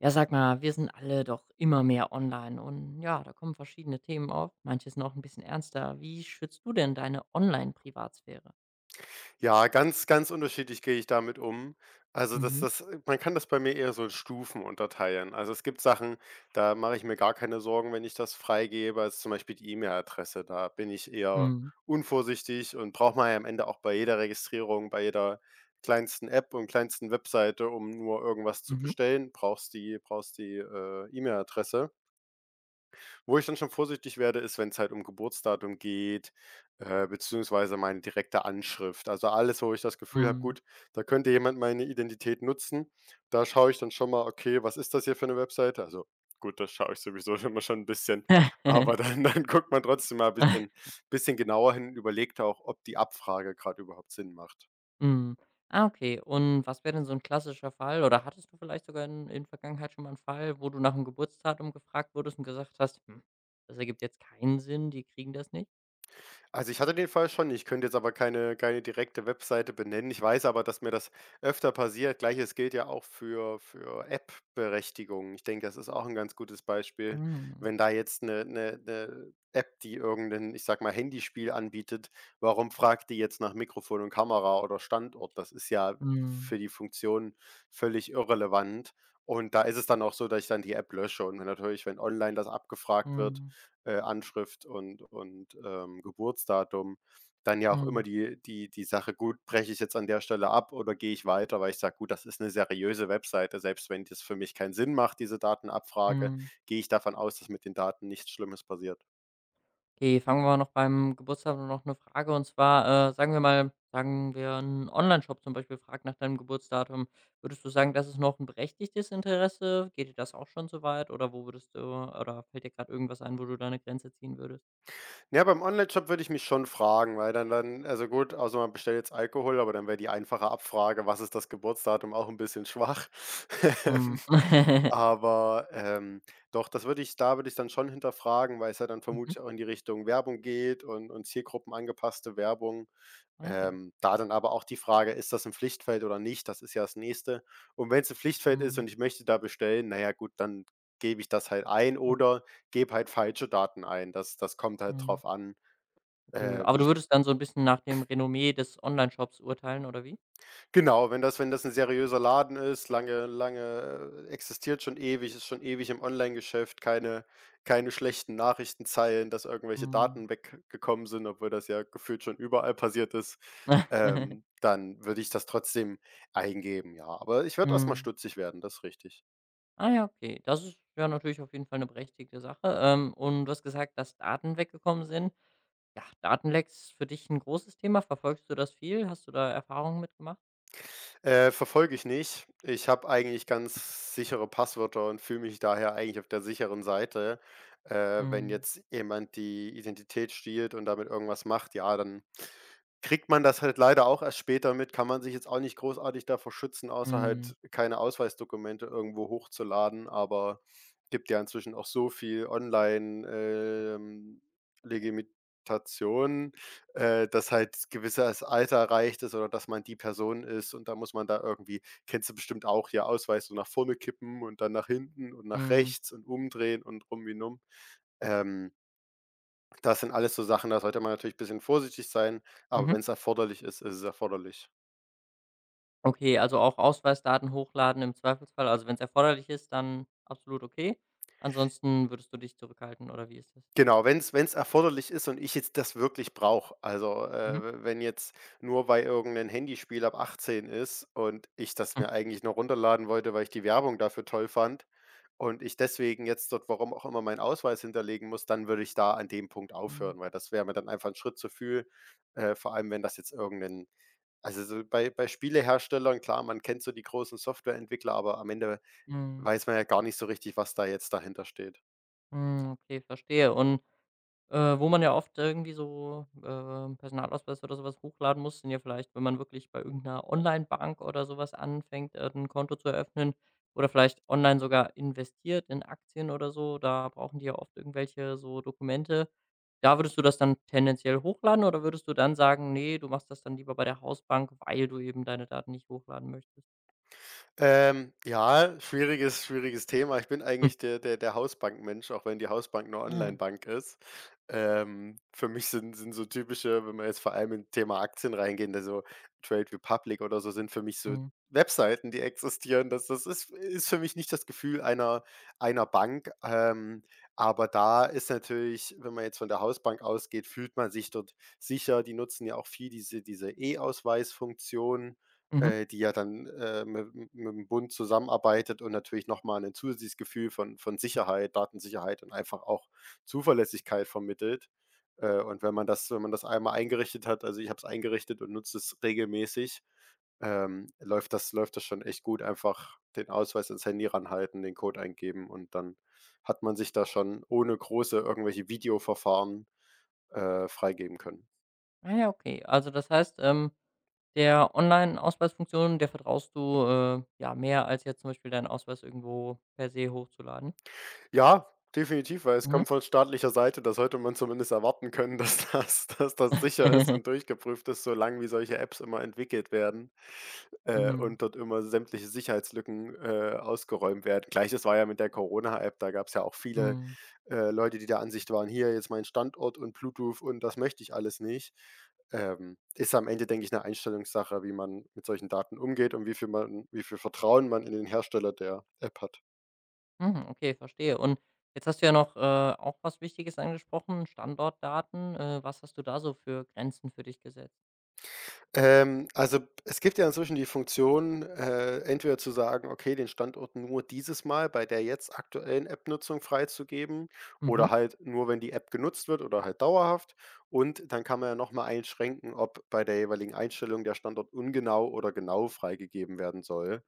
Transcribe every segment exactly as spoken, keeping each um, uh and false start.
Ja, sag mal, wir sind alle doch immer mehr online und ja, da kommen verschiedene Themen auf. Manche sind auch ein bisschen ernster. Wie schützt du denn deine Online-Privatsphäre? Ja, ganz, ganz unterschiedlich gehe ich damit um. Also das Mhm. das äh, man kann das bei mir eher so in Stufen unterteilen. Also, es gibt Sachen, da mache ich mir gar keine Sorgen, wenn ich das freigebe, also zum Beispiel die E-Mail-Adresse. Da bin ich eher Mhm. unvorsichtig und braucht man ja am Ende auch bei jeder Registrierung, bei jeder kleinsten App und kleinsten Webseite, um nur irgendwas zu Mhm. bestellen, brauchst die brauchst die, äh, E-Mail-Adresse. Wo ich dann schon vorsichtig werde, ist, wenn es halt um Geburtsdatum geht, äh, beziehungsweise meine direkte Anschrift. Also alles, wo ich das Gefühl habe: Mhm. Gut, da könnte jemand meine Identität nutzen. Da schaue ich dann schon mal: Okay, was ist das hier für eine Webseite? Also gut, das schaue ich sowieso immer schon ein bisschen, aber dann dann guckt man trotzdem mal ein bisschen bisschen genauer hin, und überlegt auch, ob die Abfrage gerade überhaupt Sinn macht. Mhm. Ah, okay. Und was wäre denn so ein klassischer Fall oder hattest du vielleicht sogar in in Vergangenheit schon mal einen Fall, wo du nach 'm Geburtsdatum gefragt wurdest und gesagt hast: „Hm, das ergibt jetzt keinen Sinn, die kriegen das nicht?“ Also, ich hatte den Fall schon. Ich könnte jetzt aber keine keine direkte Webseite benennen. Ich weiß aber, dass mir das öfter passiert. Gleiches gilt ja auch für für App-Berechtigungen. Ich denke, das ist auch ein ganz gutes Beispiel. Mhm. Wenn da jetzt eine 'ne 'ne App, die irgendein, ich sage mal, Handyspiel anbietet, warum fragt die jetzt nach Mikrofon und Kamera oder Standort? Das ist ja Mhm. für die Funktion völlig irrelevant. Und da ist es dann auch so, dass ich dann die App lösche. Und wenn natürlich, wenn online das abgefragt wird, Mhm. äh, Anschrift und und, ähm, Geburtsdatum dann ja auch immer Mhm. die die die Sache: „Gut, breche ich jetzt an der Stelle ab oder gehe ich weiter?“ Weil ich sage: „Gut, das ist eine seriöse Webseite. Selbst wenn das für mich keinen Sinn macht, diese Datenabfrage, Mhm. gehe ich davon aus, dass mit den Daten nichts Schlimmes passiert.“ Okay, fangen wir noch beim Geburtstag an noch eine Frage und zwar, äh, sagen wir mal sagen wir ein Online-Shop zum Beispiel fragt nach deinem Geburtsdatum. Würdest du sagen, das ist noch ein berechtigtes Interesse? Geht dir das auch schon so weit oder wo würdest du oder fällt dir gerade irgendwas ein, wo du deine Grenze ziehen würdest? Ja, beim Onlineshop würde ich mich schon fragen, weil dann dann also gut, außer man bestellt jetzt Alkohol, aber dann wäre die einfache Abfrage: „Was ist das Geburtsdatum?“ auch ein bisschen schwach. Mhm. Aber, ähm, doch, das würde ich da würde ich dann schon hinterfragen, weil es ja dann Mhm. vermutlich auch in die Richtung Werbung geht und und zielgruppenangepasste Werbung. Ah ja. Ähm, da dann aber auch die Frage: „Ist das ein Pflichtfeld oder nicht?“ Das ist ja das Nächste. Und wenn es ein Pflichtfeld ist Mhm. und ich möchte da bestellen, na ja gut, dann gebe ich das halt ein Ach, oder gebe halt falsche Daten ein. Das das kommt halt mhm. drauf an, Okay, äh, aber du wie würdest dann so ein bisschen nach dem Renommee des Online-Shops urteilen oder wie? Genau, wenn das wenn das ein seriöser Laden ist, lange lange äh, existiert schon ewig, ist schon ewig im Onlinegeschäft, keine keine schlechten Nachrichtenzeilen, dass irgendwelche Mhm. Daten weggekommen sind, obwohl das ja gefühlt schon überall passiert ist, ähm, dann würde ich das trotzdem eingeben, ja. Aber ich werde erstmal Mhm. stutzig werden, das ist richtig. Ah ja, okay. Das ist ja natürlich auf jeden Fall eine berechtigte Sache. Ähm, und du hast gesagt, dass Daten weggekommen sind. Ja, Datenlecks für dich ein großes Thema. Verfolgst du das viel? Hast du da Erfahrungen mitgemacht? Äh, verfolge ich nicht. Ich habe eigentlich ganz sichere Passwörter und fühle mich daher eigentlich auf der sicheren Seite. Äh, wenn Mhm. jetzt jemand die Identität stiehlt und damit irgendwas macht, ja, dann kriegt man das halt leider auch erst später mit, kann man sich jetzt auch nicht großartig davor schützen, außer Mhm. halt keine Ausweisdokumente irgendwo hochzuladen, aber gibt ja inzwischen auch so viel online, ähm, Legitimation, äh, dass halt gewisses Alter erreicht ist oder dass man die Person ist und da muss man da irgendwie kennst du bestimmt auch, hier Ausweis so nach vorne kippen und dann nach hinten und nach Mhm. rechts und umdrehen und rum wie numm. Ähm Das sind alles so Sachen, da sollte man natürlich ein bisschen vorsichtig sein, aber wenn Mhm. es erforderlich ist, ist es erforderlich. Okay, also auch Ausweisdaten hochladen im Zweifelsfall. Also, wenn es erforderlich ist, dann absolut okay. Ansonsten würdest du dich zurückhalten oder wie ist das? Genau, wenn es erforderlich ist und ich jetzt das wirklich brauche. Also, äh, Mhm. w wenn jetzt nur bei irgendeinem Handyspiel ab achtzehn ist und ich das Hm. mir eigentlich nur runterladen wollte, weil ich die Werbung dafür toll fand und ich deswegen jetzt dort, warum auch immer, meinen Ausweis hinterlegen muss, dann würde ich da an dem Punkt Mhm. aufhören, weil das wäre mir dann einfach ein Schritt zu viel, äh, vor allem wenn das jetzt irgend also, so bei bei Spieleherstellern, klar, man kennt so die großen Softwareentwickler, aber am Ende Mhm. weiß man ja gar nicht so richtig, was da jetzt dahinter steht. Mhm. Okay, verstehe. Und Äh, wo man ja oft irgendwie so, ähm, Personalausweis oder sowas hochladen muss, sind ja vielleicht, wenn man wirklich bei irgendeiner 'ner Onlinebank oder sowas anfängt, äh, 'n Konto zu eröffnen oder vielleicht online sogar investiert in Aktien oder so, da brauchen die ja oft irgendwelche so Dokumente. Da würdest du das dann tendenziell hochladen oder würdest du dann sagen: nee, du machst das dann lieber bei der Hausbank, weil du eben deine Daten nicht hochladen möchtest?“ Ähm, ja, schwieriges schwieriges Thema. Ich bin Hm. eigentlich der der der Hausbank-Mensch, auch wenn die Hausbank nur Ah, Onlinebank ist. Ähm, für mich sind sind so typische wenn wir jetzt vor allem im Thema Aktien reingehen, also Trade Republic oder so sind für mich so mhm. Webseiten, die existieren. Das das ist ist für mich nicht das Gefühl einer einer Bank. Ähm, aber da ist natürlich, wenn man jetzt von der Hausbank ausgeht, fühlt man sich dort sicher. Die nutzen ja auch viel diese diese E-Ausweis-Funktion Mhm. äh, die ja dann, äh, mit mit dem Bund zusammenarbeitet und natürlich noch mal 'nen zusätzliches Gefühl von von Sicherheit, Datensicherheit und einfach auch Zuverlässigkeit vermittelt. Äh, und wenn man das wenn man das einmal eingerichtet hat also, ich habe es eingerichtet und nutze es regelmäßig, ähm, läuft das läuft das schon echt gut. Einfach den Ausweis ans Handy ranhalten, den Code eingeben und dann hat man sich da schon ohne große irgendwelche Videoverfahren, äh, freigeben können. Ah ja, okay. Also das heißt, ähm. Der Online-Ausweisfunktion, der vertraust du, äh, ja, mehr als jetzt zum Beispiel deinen Ausweis irgendwo per se hochzuladen? Ja, definitiv, weil es Mhm. kommt von staatlicher Seite. Da sollte man zumindest erwarten können, dass das dass das sicher ist und durchgeprüft ist, solange wie solche Apps immer entwickelt werden, äh, Mhm. und dort immer sämtliche Sicherheitslücken, äh, ausgeräumt werden. Gleiches war ja mit der Corona-App, da gab es ja auch viele, Mhm. äh, Leute, die der Ansicht waren: „Hier, jetzt mein Standort und Bluetooth und das möchte ich alles nicht.“ Ähm, ist am Ende, denke ich, eine Einstellungssache, wie man mit solchen Daten umgeht und wie viel man wie viel Vertrauen man in den Hersteller der App hat. Mhm, okay, verstehe. Und jetzt hast du ja noch, äh, auch was Wichtiges angesprochen, Standortdaten. Äh, was hast du da so für Grenzen für dich gesetzt? Ähm, also, es gibt ja inzwischen die Funktion, äh, entweder zu sagen: „Okay, den Standort nur dieses Mal bei der jetzt aktuellen App-Nutzung freizugeben“ Mhm. oder halt nur, wenn die App genutzt wird oder halt dauerhaft. Und dann kann man ja noch mal einschränken, ob bei der jeweiligen Einstellung der Standort ungenau oder genau freigegeben werden soll.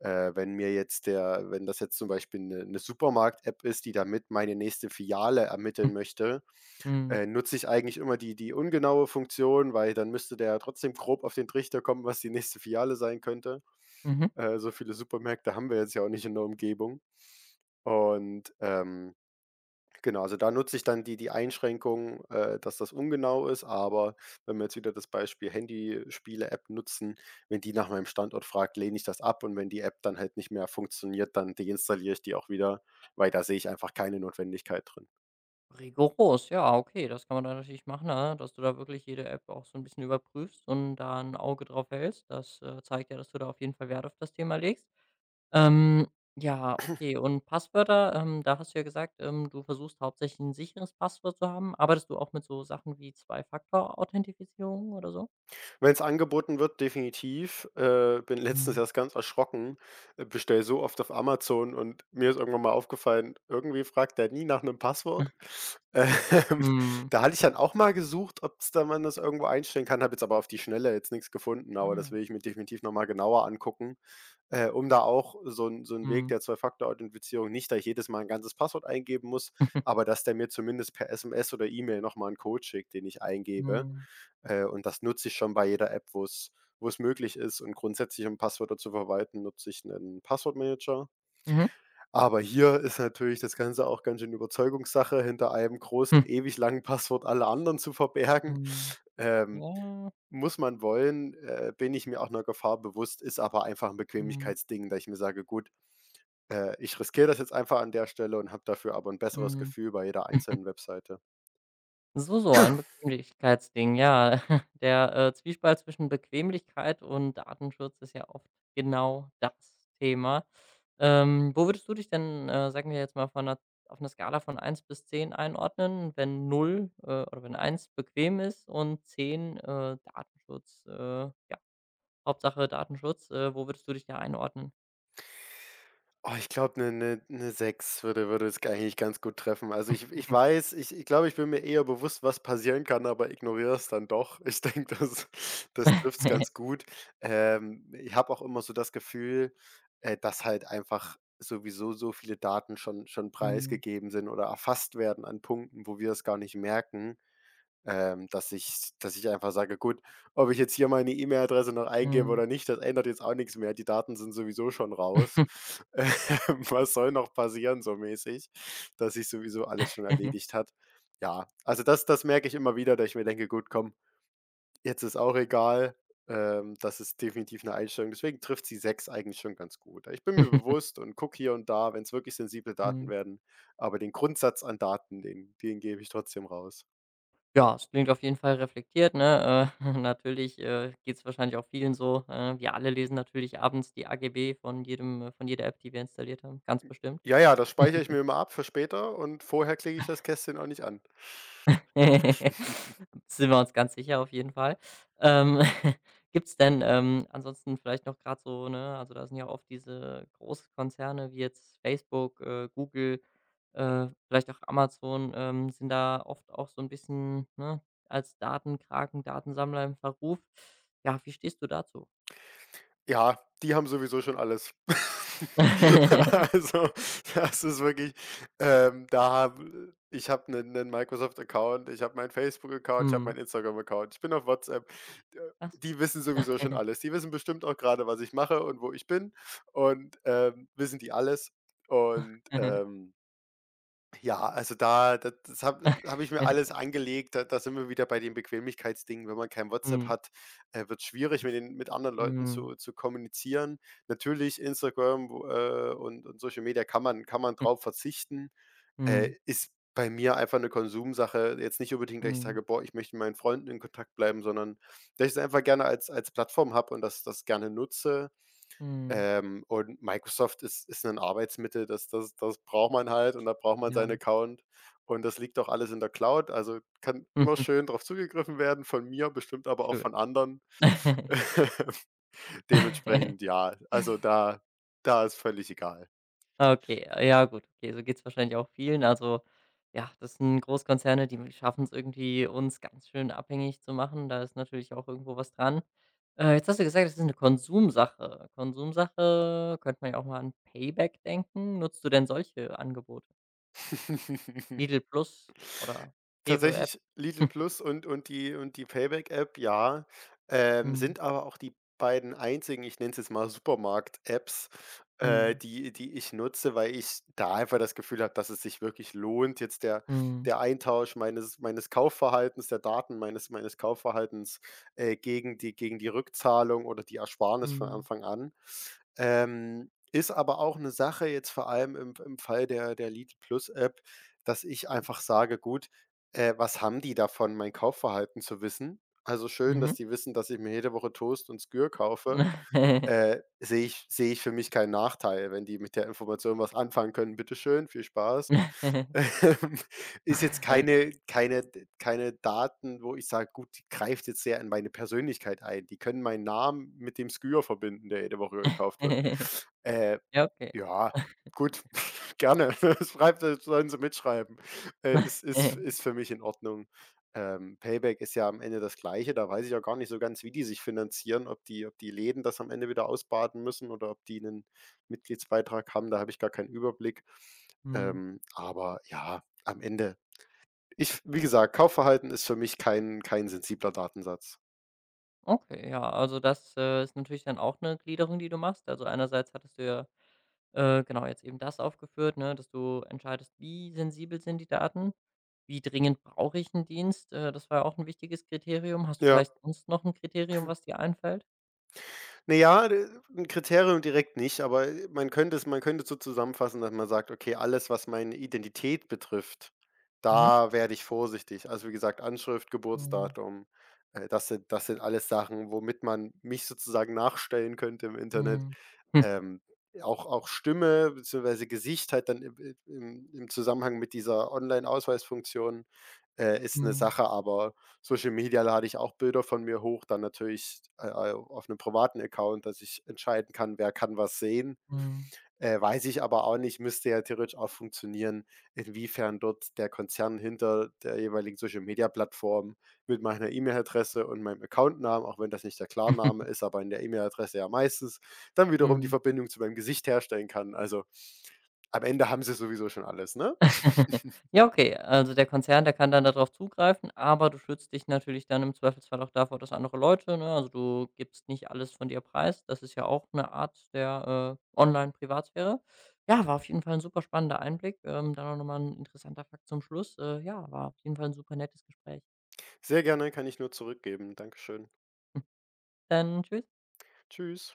Äh, wenn mir jetzt der wenn das jetzt zum Beispiel eine 'ne Supermarkt-App ist, die damit meine nächste Filiale ermitteln möchte, Mhm. äh, nutze ich eigentlich immer die die ungenaue Funktion, weil dann müsste der ja trotzdem grob auf den Trichter kommen, was die nächste Filiale sein könnte. Mhm. Äh, so viele Supermärkte haben wir jetzt ja auch nicht in der Umgebung. Und, ähm, genau, also da nutze ich dann die die Einschränkung, äh, dass das ungenau ist, aber wenn wir jetzt wieder das Beispiel Handyspiele-App nutzen, wenn die nach meinem Standort fragt, lehne ich das ab und wenn die App dann halt nicht mehr funktioniert, dann deinstalliere ich die auch wieder, weil da sehe ich einfach keine Notwendigkeit drin. Rigoros, ja, okay, das kann man da natürlich machen, ne, dass du da wirklich jede App auch so ein bisschen überprüfst und da ein Auge drauf hältst. Das, äh, zeigt ja, dass du da auf jeden Fall Wert auf das Thema legst. Ähm, ja, okay. Und Passwörter, ähm, da hast du ja gesagt, ähm, du versuchst hauptsächlich ein sicheres Passwort zu haben. Arbeitest du auch mit so Sachen wie Zwei-Faktor-Authentifizierung oder so? Wenn es angeboten wird, definitiv. Äh, bin letztens Mhm. erst ganz erschrocken, äh, bestelle so oft auf Amazon und mir ist irgendwann mal aufgefallen, irgendwie fragt der nie nach einem Passwort. Ähm, Mhm. Da hatte ich dann auch mal gesucht, ob's da man das irgendwo einstellen kann, habe jetzt aber auf die Schnelle jetzt nichts gefunden, aber das Mhm. will ich mir definitiv noch mal genauer angucken, äh, um da auch so 'n so 'n Weg Mhm. der Zwei-Faktor-Authentifizierung nicht, dass ich jedes Mal ein ganzes Passwort eingeben muss, aber dass der mir zumindest per S M S oder E-Mail noch mal 'n Code schickt, den ich eingebe. Mhm. Äh, und das nutze ich schon bei jeder App, wo es wo es möglich ist. Und grundsätzlich, um Passwörter zu verwalten, nutze ich einen Passwortmanager. Mhm. Aber hier ist natürlich das Ganze auch ganz schön Überzeugungssache, hinter einem großen, Mhm. ewig langen Passwort alle anderen zu verbergen. Mhm. Ähm, Ja. Muss man wollen, äh, bin ich mir auch einer Gefahr bewusst, ist aber einfach ein Mhm. Bequemlichkeitsding, da ich mir sage: „Gut, äh, ich riskiere das jetzt einfach an der Stelle und habe dafür aber ein besseres Mhm. Gefühl bei jeder einzelnen Webseite.“ So, so ein Bequemlichkeitsding, ja. Der, äh, Zwiespalt zwischen Bequemlichkeit und Datenschutz ist ja oft genau das Thema. Ähm, wo würdest du dich denn, äh, sagen wir jetzt mal von 'ner auf einer Skala von eins bis zehn einordnen, wenn null äh oder wenn eins bequem ist und zehn äh, Datenschutz, äh, ja, Hauptsache Datenschutz, äh, wo würdest du dich da einordnen? Oh, ich glaube, 'ne 'ne 'ne sechs würde würde es eigentlich ganz gut treffen. Also, ich ich weiß, ich ich glaube, ich bin mir eher bewusst, was passieren kann, aber ignoriere es dann doch. Ich denke, das das trifft's ganz gut. Ähm, ich habe auch immer so das Gefühl, äh, dass halt einfach sowieso so viele Daten schon schon Mhm. preisgegeben sind oder erfasst werden an Punkten, wo wir es gar nicht merken. Ähm, dass ich dass ich einfach sage: „Gut, ob ich jetzt hier meine E-Mail-Adresse noch eingebe Mhm. oder nicht, das ändert jetzt auch nichts mehr. Die Daten sind sowieso schon raus. Mhm. Ähm, was soll noch passieren?“ So mäßig, dass sich sowieso alles schon erledigt hat. Ja, also das das merke ich immer wieder, dass ich mir denke: „Gut, komm, jetzt ist auch egal.“ Ähm, das ist definitiv eine Einstellung. Deswegen trifft sie sechs eigentlich schon ganz gut. Ich bin mir bewusst und gucke hier und da, wenn es wirklich sensible Daten werden, aber den Grundsatz an Daten, den den gebe ich trotzdem raus. Ja, es klingt auf jeden Fall reflektiert, ne? Äh, natürlich, äh, geht es wahrscheinlich auch vielen so. Äh, wir alle lesen natürlich abends die A G B von jedem äh, von jeder App, die wir installiert haben, ganz bestimmt. Ja, ja, das speichere ich mir immer ab für später, und vorher klicke ich das Kästchen auch nicht an. Sind wir uns ganz sicher auf jeden Fall. Ähm, gibt's denn, ähm, ansonsten vielleicht noch gerade so, ne also, da sind ja oft diese Großkonzerne wie jetzt Facebook, äh, Google, äh, vielleicht auch Amazon, ähm, sind da oft auch so ein bisschen, ne, als Datenkraken, Datensammler im Verruf. Ja, wie stehst du dazu? Ja, die haben sowieso schon alles. Also, das ist wirklich, ähm, da habe ich habe einen Microsoft-Account, ich habe meinen Facebook-Account, ich habe Mhm. meinen Instagram-Account, ich bin auf WhatsApp. Äh, Ach so. Die wissen sowieso schon alles. Die wissen bestimmt auch gerade, was ich mache und wo ich bin und, ähm, wissen die alles und, ähm Ja, also da da das habe habe ich mir alles angelegt. Da da sind wir wieder bei dem Bequemlichkeitsding. Wenn man kein WhatsApp Mhm. hat, äh, wird's schwierig, mit den mit anderen Leuten Mhm. zu zu kommunizieren. Natürlich Instagram, wo äh, und und Social Media kann man kann man drauf verzichten. Mhm. Äh, ist bei mir einfach eine Konsumsache. Jetzt nicht unbedingt, dass ich Mhm. sage: „Boah, ich möchte mit meinen Freunden in Kontakt bleiben“, sondern dass ich es einfach gerne als als Plattform habe und das das gerne nutze. Mhm. Ähm, und Microsoft ist ist ein Arbeitsmittel, das das das braucht man halt, und da braucht man Ja. seinen Account, und das liegt auch alles in der Cloud, also kann immer schön drauf zugegriffen werden, von mir, bestimmt aber auch Schön. von anderen. Dementsprechend ja, also da da ist völlig egal. Okay, ja gut, okay, so geht es wahrscheinlich auch vielen. Also, ja, das sind Großkonzerne, die schaffen es irgendwie, uns ganz schön abhängig zu machen. Da ist natürlich auch irgendwo was dran. Äh, jetzt hast du gesagt, das ist eine Konsumsache. Konsumsache könnte man ja auch mal an Payback denken. Nutzt du denn solche Angebote? Lidl Plus oder Rewe App? Tatsächlich Lidl Plus und und die und die Payback-App, ja, ähm, Mhm, sind aber auch die beiden einzigen, ich nenne es jetzt mal Supermarkt-Apps, äh, mhm, die die ich nutze, weil ich da einfach das Gefühl habe, dass es sich wirklich lohnt, jetzt der mhm, der Eintausch meines meines Kaufverhaltens, der Daten meines meines Kaufverhaltens, äh, gegen die gegen die Rückzahlung oder die Ersparnis von Anfang an. Ähm, ist aber auch eine Sache jetzt vor allem im im Fall der der Lidl Plus App, dass ich einfach sage: „Gut, äh, was haben die davon, mein Kaufverhalten zu wissen? Also schön, mhm, dass mhm. die wissen, dass ich mir jede Woche Toast und Skür kaufe, äh, sehe ich sehe ich für mich keinen Nachteil, wenn die mit der Information was anfangen können, bitteschön, viel Spaß.“ Ähm, Ist jetzt keine keine keine Daten, wo ich sage: „Gut, die greift jetzt sehr in meine Persönlichkeit ein.“ Die können meinen Namen mit dem Skür verbinden, der jede Woche gekauft wird. Äh, Ja, okay. ja, gut, gerne. Schreibt, sollen sie mitschreiben. Äh, ist ist ist für mich in Ordnung. Ähm, Payback ist ja am Ende das Gleiche, da weiß ich auch gar nicht so ganz, wie die sich finanzieren, ob die ob die Läden das am Ende wieder ausbaden müssen oder ob die einen Mitgliedsbeitrag haben. Da habe ich gar keinen Überblick. Mhm. Ähm, aber ja, am Ende ich wie gesagt, Kaufverhalten ist für mich kein kein sensibler Datensatz. Okay, ja, also das, äh, ist natürlich dann auch eine Gliederung, die du machst. Also einerseits hattest du ja, äh, genau jetzt eben das aufgeführt, ne, dass du entscheidest, wie sensibel sind die Daten? Wie dringend brauche ich 'n Dienst? Äh, das war ja auch ein wichtiges Kriterium. Hast du Ja. vielleicht sonst noch ein Kriterium, was dir einfällt? Na ja, d Kriterium direkt nicht, aber äh, man könnte es man könnte es so zusammenfassen, dass man sagt: „Okay, alles, was meine Identität betrifft, Mhm. da werde ich vorsichtig.“ Also, wie gesagt, Anschrift, Mhm. Geburtsdatum, äh, das sind das sind alles Sachen, womit man mich sozusagen nachstellen könnte im Internet. Mhm. Hm. Ähm, auch auch Stimme bzw. Gesicht halt dann im im im Zusammenhang mit dieser Online-Ausweisfunktion, äh, ist eine Mhm. Sache, aber Social Media lade ich auch Bilder von mir hoch, dann natürlich, äh, äh, auf einem privaten Account, dass ich entscheiden kann, wer kann was sehen. Mhm. Äh, weiß ich aber auch nicht, müsste ja theoretisch auch funktionieren, inwiefern dort der Konzern hinter der jeweiligen Social-Media-Plattform mit meiner E-Mail-Adresse und meinem Accountnamen, auch wenn das nicht der Klarname ist, aber in der E-Mail-Adresse ja meistens, dann wiederum die Mhm. Verbindung zu meinem Gesicht herstellen kann. Also, am Ende haben sie sowieso schon alles, ne? Ja, okay. Also der Konzern, der kann dann darauf zugreifen, aber du schützt dich natürlich dann im Zweifelsfall auch davor, dass andere Leute ne, also du gibst nicht alles von dir preis. Das ist ja auch eine Art der, äh, Online-Privatsphäre. Ja, war auf jeden Fall ein super spannender Einblick. Ähm, dann auch noch mal 'n interessanter Fakt zum Schluss. Äh, ja, war auf jeden Fall ein super nettes Gespräch. Sehr gerne, kann ich nur zurückgeben. Dankeschön. Dann tschüss. Tschüss.